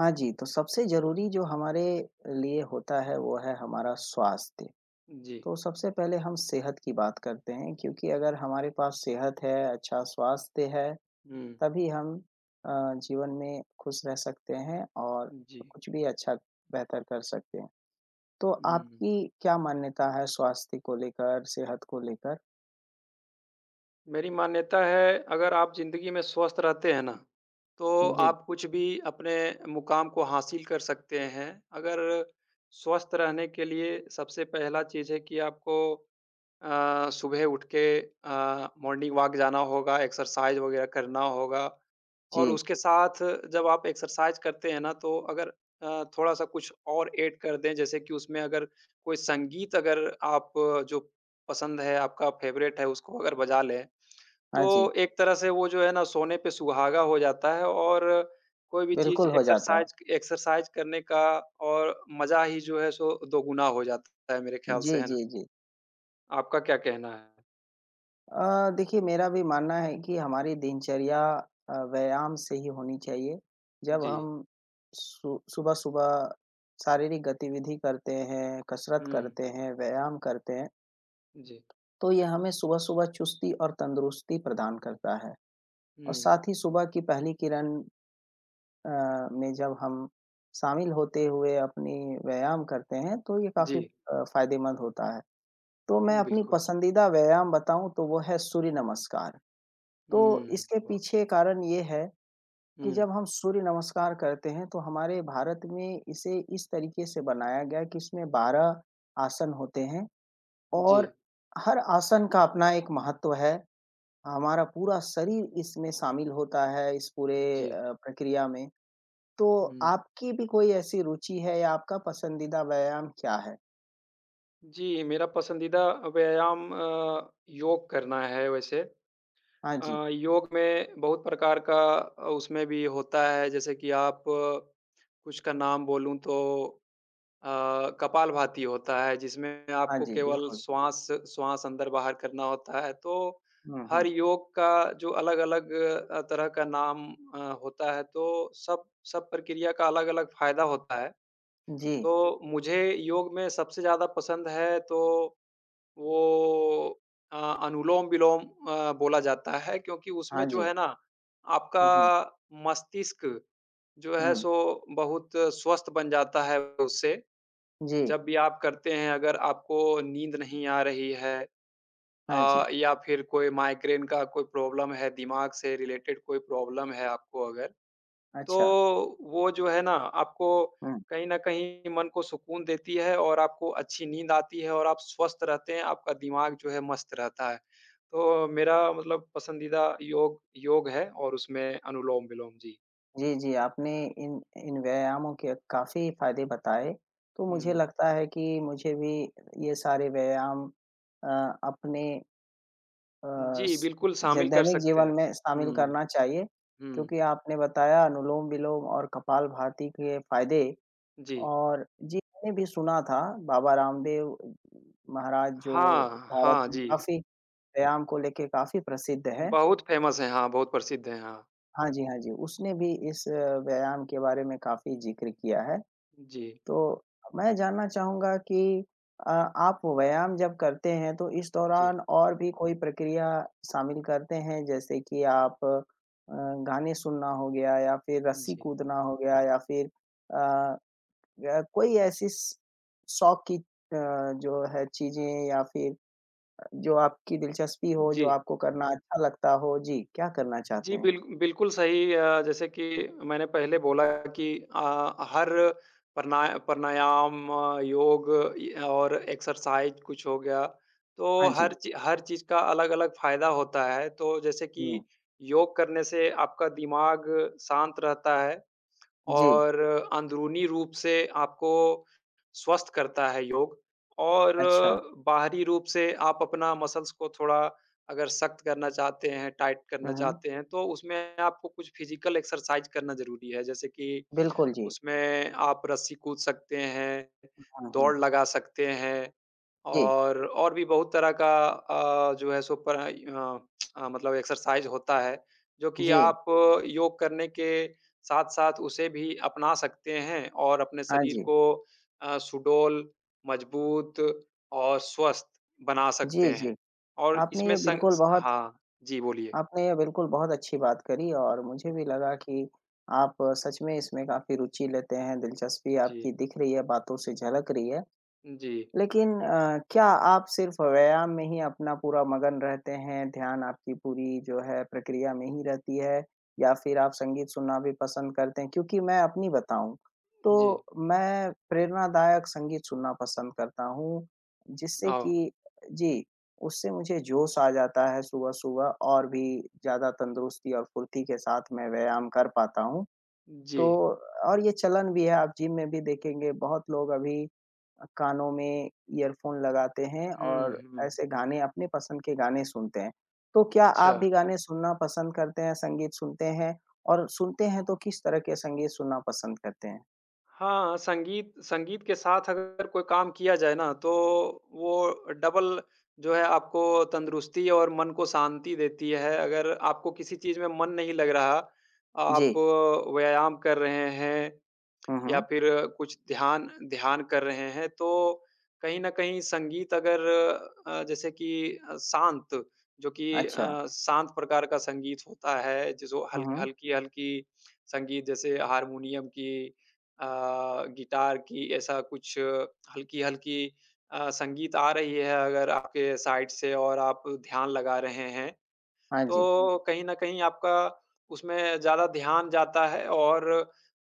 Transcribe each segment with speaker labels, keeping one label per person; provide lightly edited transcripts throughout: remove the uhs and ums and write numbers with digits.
Speaker 1: हाँ जी, तो सबसे ज़रूरी जो हमारे लिए होता है वो है हमारा स्वास्थ्य।
Speaker 2: जी।
Speaker 1: तो सबसे पहले हम सेहत की बात करते हैं क्योंकि अगर हमारे पास सेहत है, अच्छा स्वास्थ्य है,
Speaker 2: हुँ।
Speaker 1: तभी हम जीवन में खुश रह सकते हैं और
Speaker 2: जी।
Speaker 1: कुछ भी अच्छा बेहतर कर सकते हैं। तो
Speaker 2: हुँ।
Speaker 1: आपकी क्या मान्यता है स्वास्थ्य को लेकर, सेहत को लेकर?
Speaker 2: मेरी मान्यता है, अगर आप ज़िंदगी में स्वस्थ रहते हैं ना, तो
Speaker 1: जी,
Speaker 2: आप कुछ भी अपने मुक़ाम को हासिल कर सकते हैं। अगर स्वस्थ रहने के लिए सबसे पहला चीज़ है कि आपको सुबह उठ के मॉर्निंग वॉक जाना होगा, एक्सरसाइज़ वग़ैरह करना होगा और
Speaker 1: जी।
Speaker 2: उसके साथ जब आप एक्सरसाइज़ करते हैं ना, तो अगर थोड़ा-सा कुछ और ऐड कर दें, जैसे कि उसमें अगर कोई संगीत अगर आप जो पसंद है, आपका फ़ेवरेट है, उसको अगर बजा लें तो
Speaker 1: हाँ जी,
Speaker 2: एक तरह से वो जो है ना सोने पे सुहागा हो जाता है और कोई भी चीज़
Speaker 1: बिल्कुल हो जाता है।
Speaker 2: एक्सरसाइज़ एक्सरसाइज़ करने का और मज़ा ही जो है सो दोगुना हो जाता है मेरे ख़्याल
Speaker 1: जी,
Speaker 2: से, है ना?
Speaker 1: जी, जी।
Speaker 2: आपका क्या कहना है?
Speaker 1: देखिए मेरा भी मानना है कि हमारी दिनचर्या व्यायाम से ही होनी चाहिए। जब
Speaker 2: जी।
Speaker 1: हम सु सुबह-सुबह शारीरिक गतिविधि करते हैं, कसरत
Speaker 2: हुँ।
Speaker 1: करते हैं, व्यायाम करते हैं,
Speaker 2: जी।
Speaker 1: तो ये हमें सुबह-सुबह चुस्ती और तंदुरुस्ती प्रदान करता है। और
Speaker 2: हुँ।
Speaker 1: साथ ही सुबह की पहली किरण अ, में जब हम शामिल होते हुए अपनी व्यायाम करते हैं, तो ये काफ़ी
Speaker 2: जी।
Speaker 1: फ़ायदेमंद होता है। तो मैं अपनी
Speaker 2: बिल्कुल।
Speaker 1: पसंदीदा व्यायाम बताऊँ तो वो है सूर्य नमस्कार। तो
Speaker 2: हुँ,
Speaker 1: इसके
Speaker 2: वाह!
Speaker 1: पीछे कारण ये है कि
Speaker 2: हुँ।
Speaker 1: जब हम सूर्य नमस्कार करते हैं तो हमारे भारत में इसे इस तरीके से बनाया गया कि इसमें 12 आसन होते हैं
Speaker 2: जी।
Speaker 1: और हर आसन का अपना एक महत्व है। हमारा पूरा शरीर इसमें शामिल होता है इस पूरे
Speaker 2: जी।
Speaker 1: प्रक्रिया में। तो
Speaker 2: हुँ।
Speaker 1: आपकी भी कोई ऐसी रुचि है या आपका पसंदीदा व्यायाम क्या है?
Speaker 2: जी, मेरा पसंदीदा व्यायाम योग करना है वैसे।
Speaker 1: हाँ जी।
Speaker 2: योग में बहुत प्रकार का उसमें भी होता है जैसे कि आप कुछ का नाम बोलूँ तो अ, कपालभाति होता है जिसमें
Speaker 1: हाँ
Speaker 2: आपको
Speaker 1: जी,
Speaker 2: केवल
Speaker 1: बिल्कुल।
Speaker 2: श्वास श्वास अंदर-बाहर करना होता है। तो
Speaker 1: हुँ, हुँ।
Speaker 2: हर योग का जो अलग-अलग तरह का नाम अ, होता है तो सब सब प्रक्रिया का अलग-अलग फ़ायदा होता है।
Speaker 1: जी।
Speaker 2: तो मुझे योग में सबसे ज़्यादा पसंद है तो वो अ, अनुलोम-विलोम बोला जाता है क्योंकि
Speaker 1: हाँ
Speaker 2: उसमें जो
Speaker 1: जी।
Speaker 2: है ना,
Speaker 1: हुँ, हुँ।
Speaker 2: आपका मस्तिष्क जो है
Speaker 1: हुँ।
Speaker 2: सो बहुत स्वस्थ बन जाता है उससे।
Speaker 1: जी।
Speaker 2: जब भी आप करते हैं अगर आपको नींद नहीं आ रही है
Speaker 1: हाँ जी।
Speaker 2: या फिर कोई माइग्रेन का कोई प्रॉब्लम है, दिमाग से रिलेटेड कोई प्रॉब्लम है आपको अगर तो
Speaker 1: अच्छा।
Speaker 2: वो जो है ना आपको
Speaker 1: हुँ।
Speaker 2: कहीं न कहीं मन को सुकून देती है और आपको अच्छी नींद आती है और आप स्वस्थ रहते हैं, आपका दिमाग जो है मस्त रहता है। तो मेरा मतलब पसंदीदा योग योग है और उसमें अनुलोम-विलोम जी।
Speaker 1: जी, जी, आपने इन इन व्यायामों के काफ़ी फ़ायदे बताए, तो मुझे
Speaker 2: हुँ,
Speaker 1: लगता है कि मुझे भी ये सारे व्यायाम अ, अपने अ,
Speaker 2: जी,
Speaker 1: स
Speaker 2: बिल्कुल
Speaker 1: ज
Speaker 2: शामिल कर
Speaker 1: दैनिक
Speaker 2: सकते
Speaker 1: जीवन
Speaker 2: हैं।
Speaker 1: में शामिल
Speaker 2: हुँ,
Speaker 1: करना चाहिए,
Speaker 2: हुँ,
Speaker 1: क्योंकि आपने बताया अनुलोम-विलोम और कपालभाति के फ़ायदे
Speaker 2: जी।
Speaker 1: और जी, मैंने भी सुना था बाबा रामदेव महाराज जो
Speaker 2: हाँ,
Speaker 1: भारत
Speaker 2: हाँ
Speaker 1: में
Speaker 2: जी।
Speaker 1: काफ़ी व्यायाम को लेके काफ़ी प्रसिद्ध हैं।
Speaker 2: बहुत फ़ेमस हैं, हाँ, बहुत प्रसिद्ध हैं, हाँ।
Speaker 1: हाँ जी, हाँ जी, उसने भी इस व्यायाम के बारे में काफ़ी ज़िक्र किया है।
Speaker 2: जी,
Speaker 1: तो मैं जानना चाहूँगा कि आप व्यायाम जब करते हैं तो इस दौरान
Speaker 2: जी,
Speaker 1: और भी कोई प्रक्रिया शामिल करते हैं? जैसे कि आप गाने सुनना हो गया या फिर रस्सी
Speaker 2: जी,
Speaker 1: कूदना हो गया या फिर अ, या कोई ऐसी स शौक की जो है चीज़ें या फिर जो आपकी दिलचस्पी हो, जो
Speaker 2: जी।
Speaker 1: आपको करना अच्छा लगता हो? जी, क्या करना चाहते
Speaker 2: जी,
Speaker 1: हैं?
Speaker 2: बिल्कुल सही जैसे कि मैंने पहले बोला कि हर प्रणा प्राणायाम, योग इ और एक्सरसाइज़ कुछ हो गया, तो
Speaker 1: हाँ जी।
Speaker 2: हर चीज़ का अलग-अलग फ़ायदा होता है। तो जैसे कि
Speaker 1: हुँ।
Speaker 2: योग करने से आपका दिमाग शांत रहता है
Speaker 1: जी,
Speaker 2: और अंदरूनी रूप से आपको स्वस्थ करता है योग और
Speaker 1: अच्छा।
Speaker 2: बाहरी रूप से आप अपना मसल्स को थोड़ा अगर सख्त करना चाहते हैं, टाइट करना
Speaker 1: हुँ, हुँ।
Speaker 2: चाहते हैं, तो उसमें आपको कुछ फिज़िकल एक्सरसाइज़ करना ज़रूरी है। जैसे कि
Speaker 1: बिल्कुल जी।
Speaker 2: उसमें आप रस्सी कूद सकते हैं,
Speaker 1: हुँ, हुँ।
Speaker 2: दौड़ लगा सकते हैं
Speaker 1: जी,
Speaker 2: और भी बहुत तरह का जो है सो पर मतलब एक्सरसाइज़ होता है, जो कि
Speaker 1: जी।
Speaker 2: आप योग करने के साथ-साथ उसे भी अपना सकते हैं और अपने
Speaker 1: हाँ
Speaker 2: शरीर
Speaker 1: जी।
Speaker 2: को सुडौल, मजबूत और स्वस्थ बना सकते
Speaker 1: जी,
Speaker 2: हैं
Speaker 1: जी।
Speaker 2: और
Speaker 1: आपने
Speaker 2: इसमें
Speaker 1: ये
Speaker 2: संग
Speaker 1: बिल्कुल
Speaker 2: स
Speaker 1: बहुत
Speaker 2: हाँ, जी बोलिए।
Speaker 1: आपने ये बिल्कुल बहुत अच्छी बात करी और मुझे भी लगा कि आप सच में इसमें काफ़ी रुचि लेते हैं, दिलचस्पी
Speaker 2: जी,
Speaker 1: आपकी दिख रही है, बातों से झलक रही है।
Speaker 2: जी,
Speaker 1: लेकिन क्या आप सिर्फ़ व्यायाम में ही अपना पूरा मगन रहते हैं, ध्यान आपकी पूरी जो है प्रक्रिया में ही रहती है या फिर आप संगीत सुनना भी पसंद करते हैं? क्योंकि मैं अपनी बताऊँ,
Speaker 2: जी।
Speaker 1: तो मैं प्रेरणादायक संगीत सुनना पसंद करता हूँ, जिससे
Speaker 2: औ
Speaker 1: कि जी, उससे मुझे जोश आ जाता है सुबह-सुबह और भी ज़्यादा तंदुरुस्ती और फुर्ती के साथ मैं व्यायाम कर पाता हूँ।
Speaker 2: जी।
Speaker 1: तो और ये चलन भी है, आप जिम में भी देखेंगे बहुत लोग अभी कानों में ईयरफ़ोन लगाते हैं
Speaker 2: हुँ,
Speaker 1: और
Speaker 2: हुँ।
Speaker 1: ऐसे गाने अपने पसंद के गाने सुनते हैं। तो क्या
Speaker 2: अच्छा,
Speaker 1: आप भी गाने सुनना पसंद करते हैं, संगीत सुनते हैं? और सुनते हैं तो किस तरह के संगीत सुनना पसंद करते हैं?
Speaker 2: हाँ, संगीत संगीत के साथ अगर कोई काम किया जाए ना, तो वो डबल जो है आपको तंदुरुस्ती और मन को शांति देती है। अगर आपको किसी चीज़ में मन नहीं लग रहा,
Speaker 1: जी।
Speaker 2: आप व्यायाम कर रहे हैं
Speaker 1: हुँ,
Speaker 2: या
Speaker 1: हुँ।
Speaker 2: फिर कुछ ध्यान ध्यान कर रहे हैं, तो कहीं न कहीं संगीत अगर जैसे कि शांत जो कि
Speaker 1: अच्छा।
Speaker 2: शांत प्रकार का संगीत होता है, जो
Speaker 1: हुँ,
Speaker 2: हल
Speaker 1: हुँ।
Speaker 2: हल्की-हल्की संगीत जैसे हारमोनियम की गिटार की ऐसा कुछ हल्की-हल्की संगीत आ रही है अगर आपके साइड से और आप ध्यान लगा रहे हैं, हुँ।
Speaker 1: हाँ जी।
Speaker 2: तो कहीं न कहीं आपका उसमें ज़्यादा ध्यान जाता है और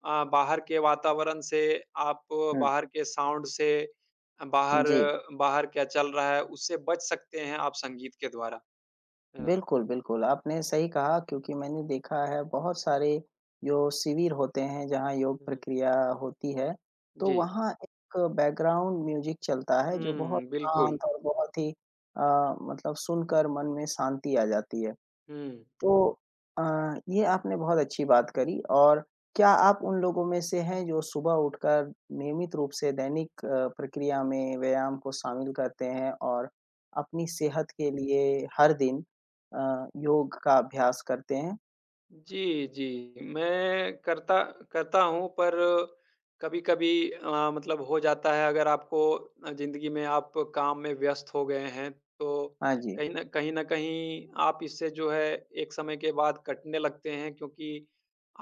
Speaker 2: बाहर के वातावरण से, आप
Speaker 1: हुँ,
Speaker 2: बाहर के साउंड से, बाहर
Speaker 1: जी।
Speaker 2: हुँ। बाहर क्या चल रहा है, उससे बच सकते हैं आप संगीत के द्वारा, है ना?
Speaker 1: बिल्कुल, बिल्कुल, आपने सही कहा क्योंकि मैंने देखा है बहुत सारे जो शिविर होते हैं जहाँ योग
Speaker 2: हुँ,
Speaker 1: प्रक्रिया होती है, तो
Speaker 2: जी।
Speaker 1: वहाँ एक बैकग्राउंड म्यूज़िक चलता है जो बहुत
Speaker 2: हुँ, बिल्कुल।
Speaker 1: शांत और बहुत ही अ, मतलब सुनकर मन में शांति आ जाती है।
Speaker 2: हुँ।
Speaker 1: तो अ, ये आपने बहुत अच्छी बात करी और क्या आप उन लोगों में से हैं जो सुबह उठकर नियमित रूप से दैनिक प्रक्रिया में व्यायाम को शामिल करते हैं और अपनी सेहत के लिए हर दिन योग का अभ्यास करते हैं?
Speaker 2: जी, जी। मैं करता करता हूँ पर कभी-कभी मतलब हो जाता है अगर आपको ज़िंदगी में आप काम में व्यस्त हो गए हैं, तो
Speaker 1: हाँ जी,
Speaker 2: कहीं न कहीं आप इससे जो है एक समय के बाद कटने लगते हैं क्योंकि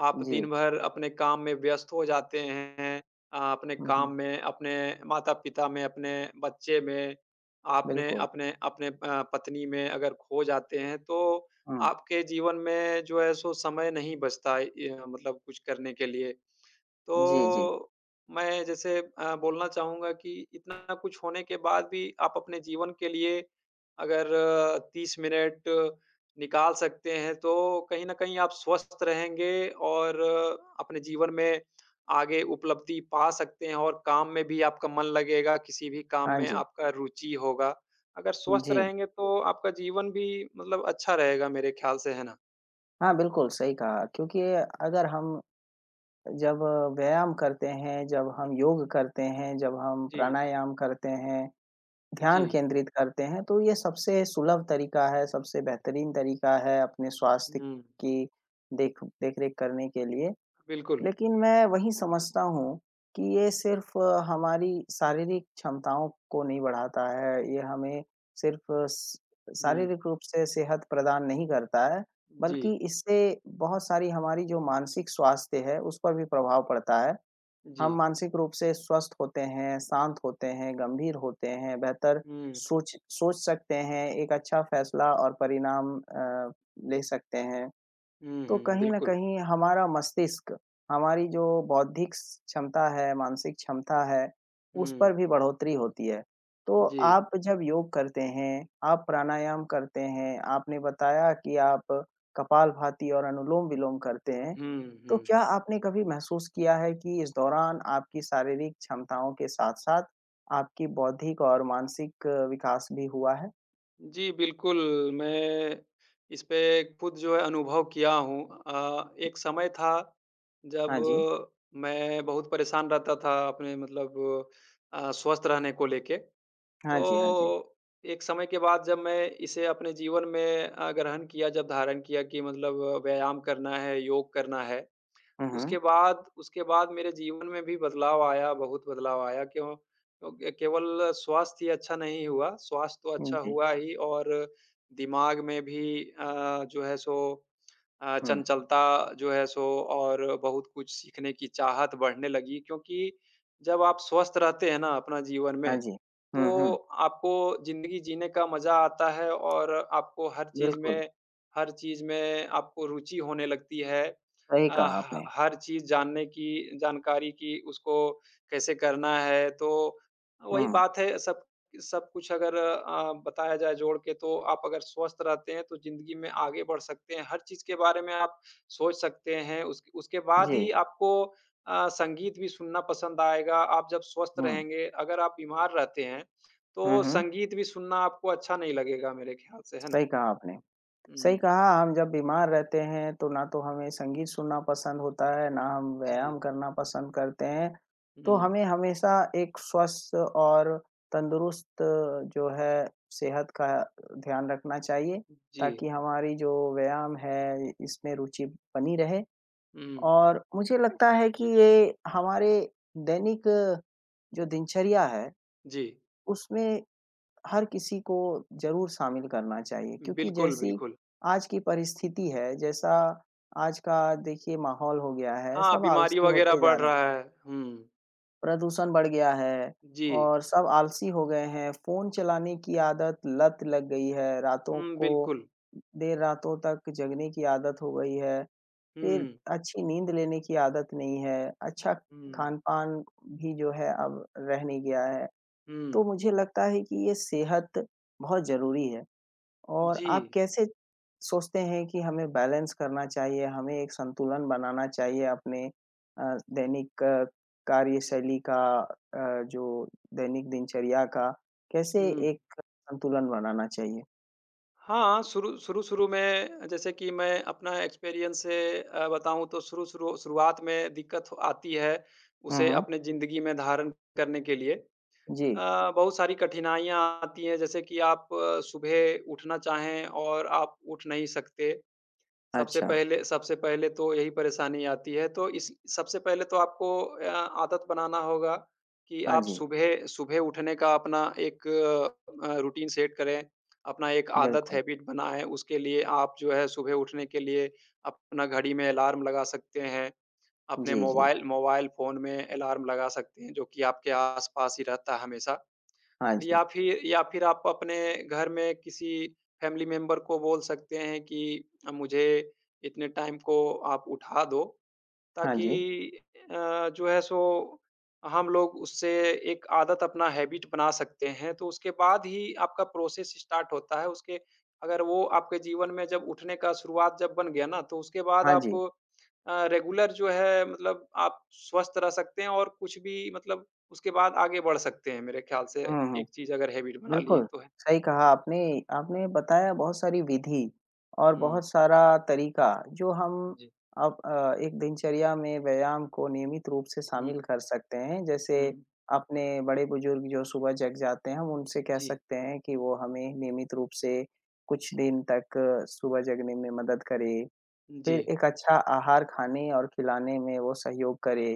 Speaker 2: आप
Speaker 1: जी।
Speaker 2: दिन भर अपने काम में व्यस्त हो जाते हैं। अपने
Speaker 1: हुँ,
Speaker 2: काम
Speaker 1: हुँ।
Speaker 2: में, अपने माता-पिता में, अपने बच्चे में, आपने
Speaker 1: बिल्कुल।
Speaker 2: अपने अपने पत्नी में अगर खो जाते हैं तो
Speaker 1: हुँ।
Speaker 2: आपके जीवन में जो है सो समय नहीं बचता इ मतलब कुछ करने के लिए।
Speaker 1: जी, जी।
Speaker 2: तो मैं जैसे बोलना चाहूँगा कि इतना कुछ होने के बाद भी आप अपने जीवन के लिए अगर 30 मिनट निकाल सकते हैं, तो कहीं न कहीं आप स्वस्थ रहेंगे और अपने जीवन में आगे उपलब्धि पा सकते हैं और काम में भी आपका मन लगेगा, किसी भी काम
Speaker 1: हाँ
Speaker 2: में
Speaker 1: जी।
Speaker 2: आपका रुचि होगा। अगर स्वस्थ
Speaker 1: जी।
Speaker 2: रहेंगे तो आपका जीवन भी मतलब अच्छा रहेगा मेरे ख्याल से, है ना?
Speaker 1: हाँ, बिल्कुल सही कहा क्योंकि अगर हम जब व्यायाम करते हैं, जब
Speaker 2: हुँ,
Speaker 1: हम योग करते हैं, जब हम
Speaker 2: जी,
Speaker 1: प्राणायाम करते हैं
Speaker 2: जी।
Speaker 1: ध्यान केंद्रित करते हैं, तो ये सबसे सुलभ तरीका है, सबसे बेहतरीन तरीका है अपने स्वास्थ्य
Speaker 2: हुँ,
Speaker 1: की देख-रेख करने के लिए।
Speaker 2: बिल्कुल।
Speaker 1: लेकिन मैं वही समझता हूँ कि ये सिर्फ़ हमारी शारीरिक क्षमताओं को नहीं बढ़ाता है, ये हमें सिर्फ़ स
Speaker 2: हुँ।
Speaker 1: शारीरिक रूप से सेहत प्रदान नहीं करता है,
Speaker 2: जी,
Speaker 1: बल्कि इससे बहुत सारी हमारी जो मानसिक स्वास्थ्य है, उस पर भी प्रभाव पड़ता है।
Speaker 2: जी।
Speaker 1: हम मानसिक रूप से स्वस्थ होते हैं, शांत होते हैं, गंभीर होते हैं, बेहतर
Speaker 2: हुँ।
Speaker 1: सोच सोच सकते हैं, एक अच्छा फैसला और परिणाम ले सकते हैं।
Speaker 2: हुँ,
Speaker 1: तो
Speaker 2: हुँ,
Speaker 1: कहीं न
Speaker 2: बिल्कुल।
Speaker 1: कहीं हमारा मस्तिष्क, हमारी जो बौद्धिक क्षमता है, मानसिक क्षमता है, उस
Speaker 2: हुँ,
Speaker 1: पर भी बढ़ोतरी होती है। तो
Speaker 2: जी।
Speaker 1: आप जब योग करते हैं, आप प्राणायाम करते हैं, आपने बताया कि आप कपालभाति और अनुलोम-विलोम करते हैं।
Speaker 2: हुँ,
Speaker 1: तो
Speaker 2: हुँ।
Speaker 1: क्या आपने कभी महसूस किया है कि इस दौरान आपकी शारीरिक क्षमताओं के साथ-साथ आपकी बौद्धिक और मानसिक विकास भी हुआ है?
Speaker 2: जी, बिल्कुल, मैं इस पे खुद जो है अनुभव किया हूँ। एक समय था जब
Speaker 1: हाँ जी।
Speaker 2: मैं बहुत परेशान रहता था अपने मतलब स्वस्थ रहने को लेके।
Speaker 1: हाँ जी, हाँ जी।
Speaker 2: तो एक समय के बाद जब मैं इसे अपने जीवन में ग्रहण किया, जब धारण किया कि मतलब व्यायाम करना है, योग करना है,
Speaker 1: हुँ, हुँ।
Speaker 2: उसके बाद मेरे जीवन में भी बदलाव आया, बहुत बदलाव आया क्योंकि केवल स्वास्थ्य ही अच्छा नहीं हुआ, स्वास्थ्य तो
Speaker 1: हुँ,
Speaker 2: अच्छा
Speaker 1: जी।
Speaker 2: हुआ ही और दिमाग में भी जो है सो
Speaker 1: हुँ।
Speaker 2: चंचलता जो है सो और बहुत कुछ सीखने की चाहत बढ़ने लगी क्योंकि जब आप स्वस्थ रहते हैं ना अपना जीवन
Speaker 1: हाँ
Speaker 2: में,
Speaker 1: जी। हुँ,
Speaker 2: तो
Speaker 1: हुँ।
Speaker 2: आपको ज़िंदगी जीने का मज़ा आता है और आपको
Speaker 1: बिल्कुल,
Speaker 2: हर चीज़ में आपको रुचि होने लगती है।
Speaker 1: सही कहा
Speaker 2: ह
Speaker 1: आपने।
Speaker 2: हर चीज़ जानने की जानकारी की उसको कैसे करना है, तो वही
Speaker 1: हुँ,
Speaker 2: बात है सब सब कुछ अगर बताया जाए जोड़ के तो आप अगर स्वस्थ रहते हैं तो ज़िंदगी में आगे बढ़ सकते हैं। हर चीज़ के बारे में आप सोच सकते हैं। उस उसके बाद
Speaker 1: जी,
Speaker 2: ही आपको संगीत भी सुनना पसंद आएगा। आप जब स्वस्थ
Speaker 1: हुँ,
Speaker 2: रहेंगे, अगर आप बीमार रहते हैं
Speaker 1: हुँ,
Speaker 2: तो
Speaker 1: हुँ,
Speaker 2: संगीत भी सुनना आपको अच्छा नहीं लगेगा मेरे ख़्याल से, है ना?
Speaker 1: सही कहा आपने। सही
Speaker 2: हुँ,
Speaker 1: कहा हम जब बीमार रहते हैं तो ना तो हमें संगीत सुनना पसंद होता है, ना हम
Speaker 2: जी।
Speaker 1: व्यायाम करना पसंद करते हैं। तो
Speaker 2: हुँ,
Speaker 1: हमें हमेशा एक स्वस्थ और तंदुरुस्त जो है सेहत का ध्यान रखना चाहिए
Speaker 2: जी।
Speaker 1: ताकि हमारी जो व्यायाम है इसमें रुचि बनी रहे
Speaker 2: हुँ,
Speaker 1: और मुझे लगता है कि ये हमारे दैनिक जो दिनचर्या है
Speaker 2: जी।
Speaker 1: उसमें हर किसी को ज़रूर शामिल करना चाहिए क्योंकि
Speaker 2: बिल्कुल,
Speaker 1: जैसी
Speaker 2: बिल्कुल।
Speaker 1: आज की परिस्थिति है, जैसा आज का देखिए माहौल हो गया है,
Speaker 2: हाँ,
Speaker 1: सब
Speaker 2: बीमारी
Speaker 1: आलसी
Speaker 2: वग़ैरह
Speaker 1: होते जा
Speaker 2: बढ़
Speaker 1: रहे हैं।
Speaker 2: रहा है। हुँ,
Speaker 1: प्रदूषण बढ़ गया है
Speaker 2: जी।
Speaker 1: और सब आलसी हो गए हैं, फ़ोन चलाने की आदत लत लग गई है, रातों
Speaker 2: हुँ,
Speaker 1: को
Speaker 2: बिल्कुल।
Speaker 1: देर रातों तक जगने की आदत हो गई है, फिर
Speaker 2: हुँ,
Speaker 1: अच्छी नींद लेने की आदत नहीं है, अच्छा
Speaker 2: हुँ।
Speaker 1: खान-पान भी जो है अब रह नहीं गया है।
Speaker 2: हुँ।
Speaker 1: तो मुझे लगता है कि ये सेहत बहुत ज़रूरी है। और
Speaker 2: जी।
Speaker 1: आप कैसे सोचते हैं कि हमें बैलेंस करना चाहिए, हमें एक संतुलन बनाना चाहिए अपने अ, दैनिक कार्यशैली का जो दैनिक दिनचर्या का, कैसे
Speaker 2: हुँ।
Speaker 1: एक संतुलन बनाना चाहिए?
Speaker 2: हाँ, शुरू-शुरू में जैसे कि मैं अपना एक्सपीरियंस से बताऊँ तो शुरू-शुरू शुरुआत में दिक्कत आती है,
Speaker 1: हुँ,
Speaker 2: उसे
Speaker 1: हुँ।
Speaker 2: अपने ज़िंदगी में धारण करने के लिए।
Speaker 1: जी,
Speaker 2: बहुत सारी कठिनाइयाँ आती हैं जैसे कि आप सुबह उठना चाहें और आप उठ नहीं सकते। सबसे
Speaker 1: अच्छा।
Speaker 2: पहले सबसे पहले तो यही परेशानी आती है, तो इस सबसे पहले तो आपको आदत बनाना होगा कि
Speaker 1: हाँ
Speaker 2: आप
Speaker 1: जी,
Speaker 2: सुबह सुबह उठने का अपना एक रूटीन सेट करें, अपना एक आदत
Speaker 1: बिल्कुल।
Speaker 2: हैबिट बनाएँ। उसके लिए आप जो है सुबह उठने के लिए अपना घड़ी में अलार्म लगा सकते हैं, अपने
Speaker 1: जी, जी।
Speaker 2: मोबाइल मोबाइल फ़ोन में अलार्म लगा सकते हैं, जो कि आपके आस-पास ही रहता है हमेशा।
Speaker 1: हाँ जी,
Speaker 2: या फिर आप अपने घर में किसी फैमिली मेंबर को बोल सकते हैं कि मुझे इतने टाइम को आप उठा दो
Speaker 1: हाँ
Speaker 2: ताकि
Speaker 1: जी,
Speaker 2: जो है सो हम लोग उससे एक आदत अपना हैबिट बना सकते हैं। तो उसके बाद ही आपका प्रोसेस स्टार्ट होता है। उसके अगर वो आपके जीवन में जब उठने का शुरुआत जब बन गया ना, तो उसके बाद
Speaker 1: हाँ
Speaker 2: आप
Speaker 1: जी।
Speaker 2: रेगुलर जो है मतलब आप स्वस्थ रह सकते हैं और कुछ भी मतलब उसके बाद आगे बढ़ सकते हैं मेरे ख्याल से
Speaker 1: हुँ, हुँ।
Speaker 2: एक चीज़ अगर हैबिट बना लिए
Speaker 1: बिल्कुल,
Speaker 2: तो है।
Speaker 1: सही कहा आपने। आपने
Speaker 2: हुँ,
Speaker 1: बताया बहुत सारी विधि और
Speaker 2: हुँ,
Speaker 1: बहुत सारा तरीका जो हम
Speaker 2: हुँ, जी।
Speaker 1: अब एक दिनचर्या में व्यायाम को नियमित रूप से
Speaker 2: हुँ,
Speaker 1: शामिल कर सकते हैं। जैसे
Speaker 2: हुँ,
Speaker 1: अपने बड़े-बुजुर्ग जो सुबह जग जाते हैं, हम उनसे कह
Speaker 2: जी,
Speaker 1: सकते हैं कि वो हमें नियमित रूप से कुछ दिन तक सुबह जगने में मदद करें।
Speaker 2: जी।
Speaker 1: फिर एक अच्छा आहार खाने और खिलाने में वो सहयोग करे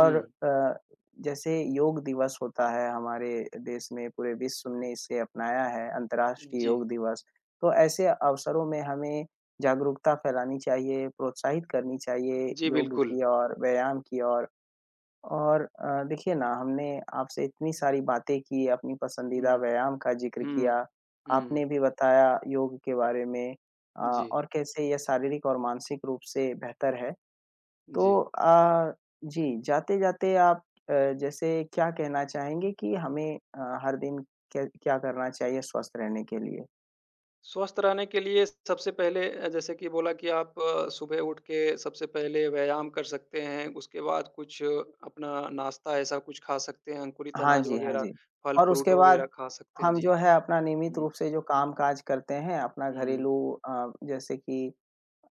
Speaker 2: हुँ,
Speaker 1: अ, जैसे योग दिवस होता है हमारे देश में, पूरे विश्व ने इसे अपनाया है अंतर्राष्ट्रीय
Speaker 2: जी,
Speaker 1: योग दिवस। तो ऐसे अवसरों में हमें जागरूकता फैलानी चाहिए, प्रोत्साहित करनी चाहिए
Speaker 2: जी
Speaker 1: योग
Speaker 2: बिल्कुल।
Speaker 1: की ओर, व्यायाम की ओर और देखिए ना हमने आपसे इतनी सारी बातें की, अपनी पसंदीदा
Speaker 2: हुँ।
Speaker 1: व्यायाम का ज़िक्र
Speaker 2: हुँ।
Speaker 1: किया,
Speaker 2: हुँ।
Speaker 1: आपने भी बताया योग के बारे में अ,
Speaker 2: जी,
Speaker 1: और कैसे यह शारीरिक और मानसिक रूप से बेहतर है। तो
Speaker 2: जी।
Speaker 1: जी, जाते-जाते आप अ, जैसे क्या कहना चाहेंगे कि हमें हर दिन क्या क्या करना चाहिए स्वस्थ रहने के लिए?
Speaker 2: स्वस्थ रहने के लिए सबसे पहले जैसे कि बोला कि आप सुबह उठ के सबसे पहले व्यायाम कर सकते हैं, उसके बाद कुछ अपना नाश्ता ऐसा कुछ खा सकते हैं, अंकुरित
Speaker 1: हाँ
Speaker 2: अनाज
Speaker 1: जी, हाँ
Speaker 2: वग़ैरह,
Speaker 1: जी। और
Speaker 2: फल-फ्रूट
Speaker 1: उसके बाद
Speaker 2: वग़ैरह खा सकते हैं।
Speaker 1: हम
Speaker 2: जी।
Speaker 1: जो है अपना नियमित
Speaker 2: हुँ,
Speaker 1: रूप से जो काम-काज करते हैं, अपना
Speaker 2: हुँ।
Speaker 1: घरेलू जैसे कि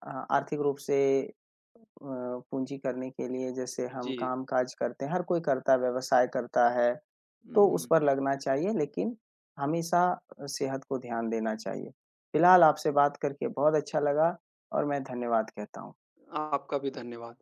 Speaker 1: आर्थिक रूप से पूँजी करने के लिए जैसे हम
Speaker 2: जी।
Speaker 1: काम-काज करते हैं, हर कोई करता है, व्यवसाय करता है, तो
Speaker 2: हुँ,
Speaker 1: उस
Speaker 2: हुँ,
Speaker 1: पर लगना चाहिए लेकिन हमेशा सेहत को ध्यान देना चाहिए। फ़िलहाल आपसे
Speaker 2: हुँ।
Speaker 1: बात करके बहुत अच्छा लगा और मैं धन्यवाद कहता हूँ।
Speaker 2: आपका भी धन्यवाद।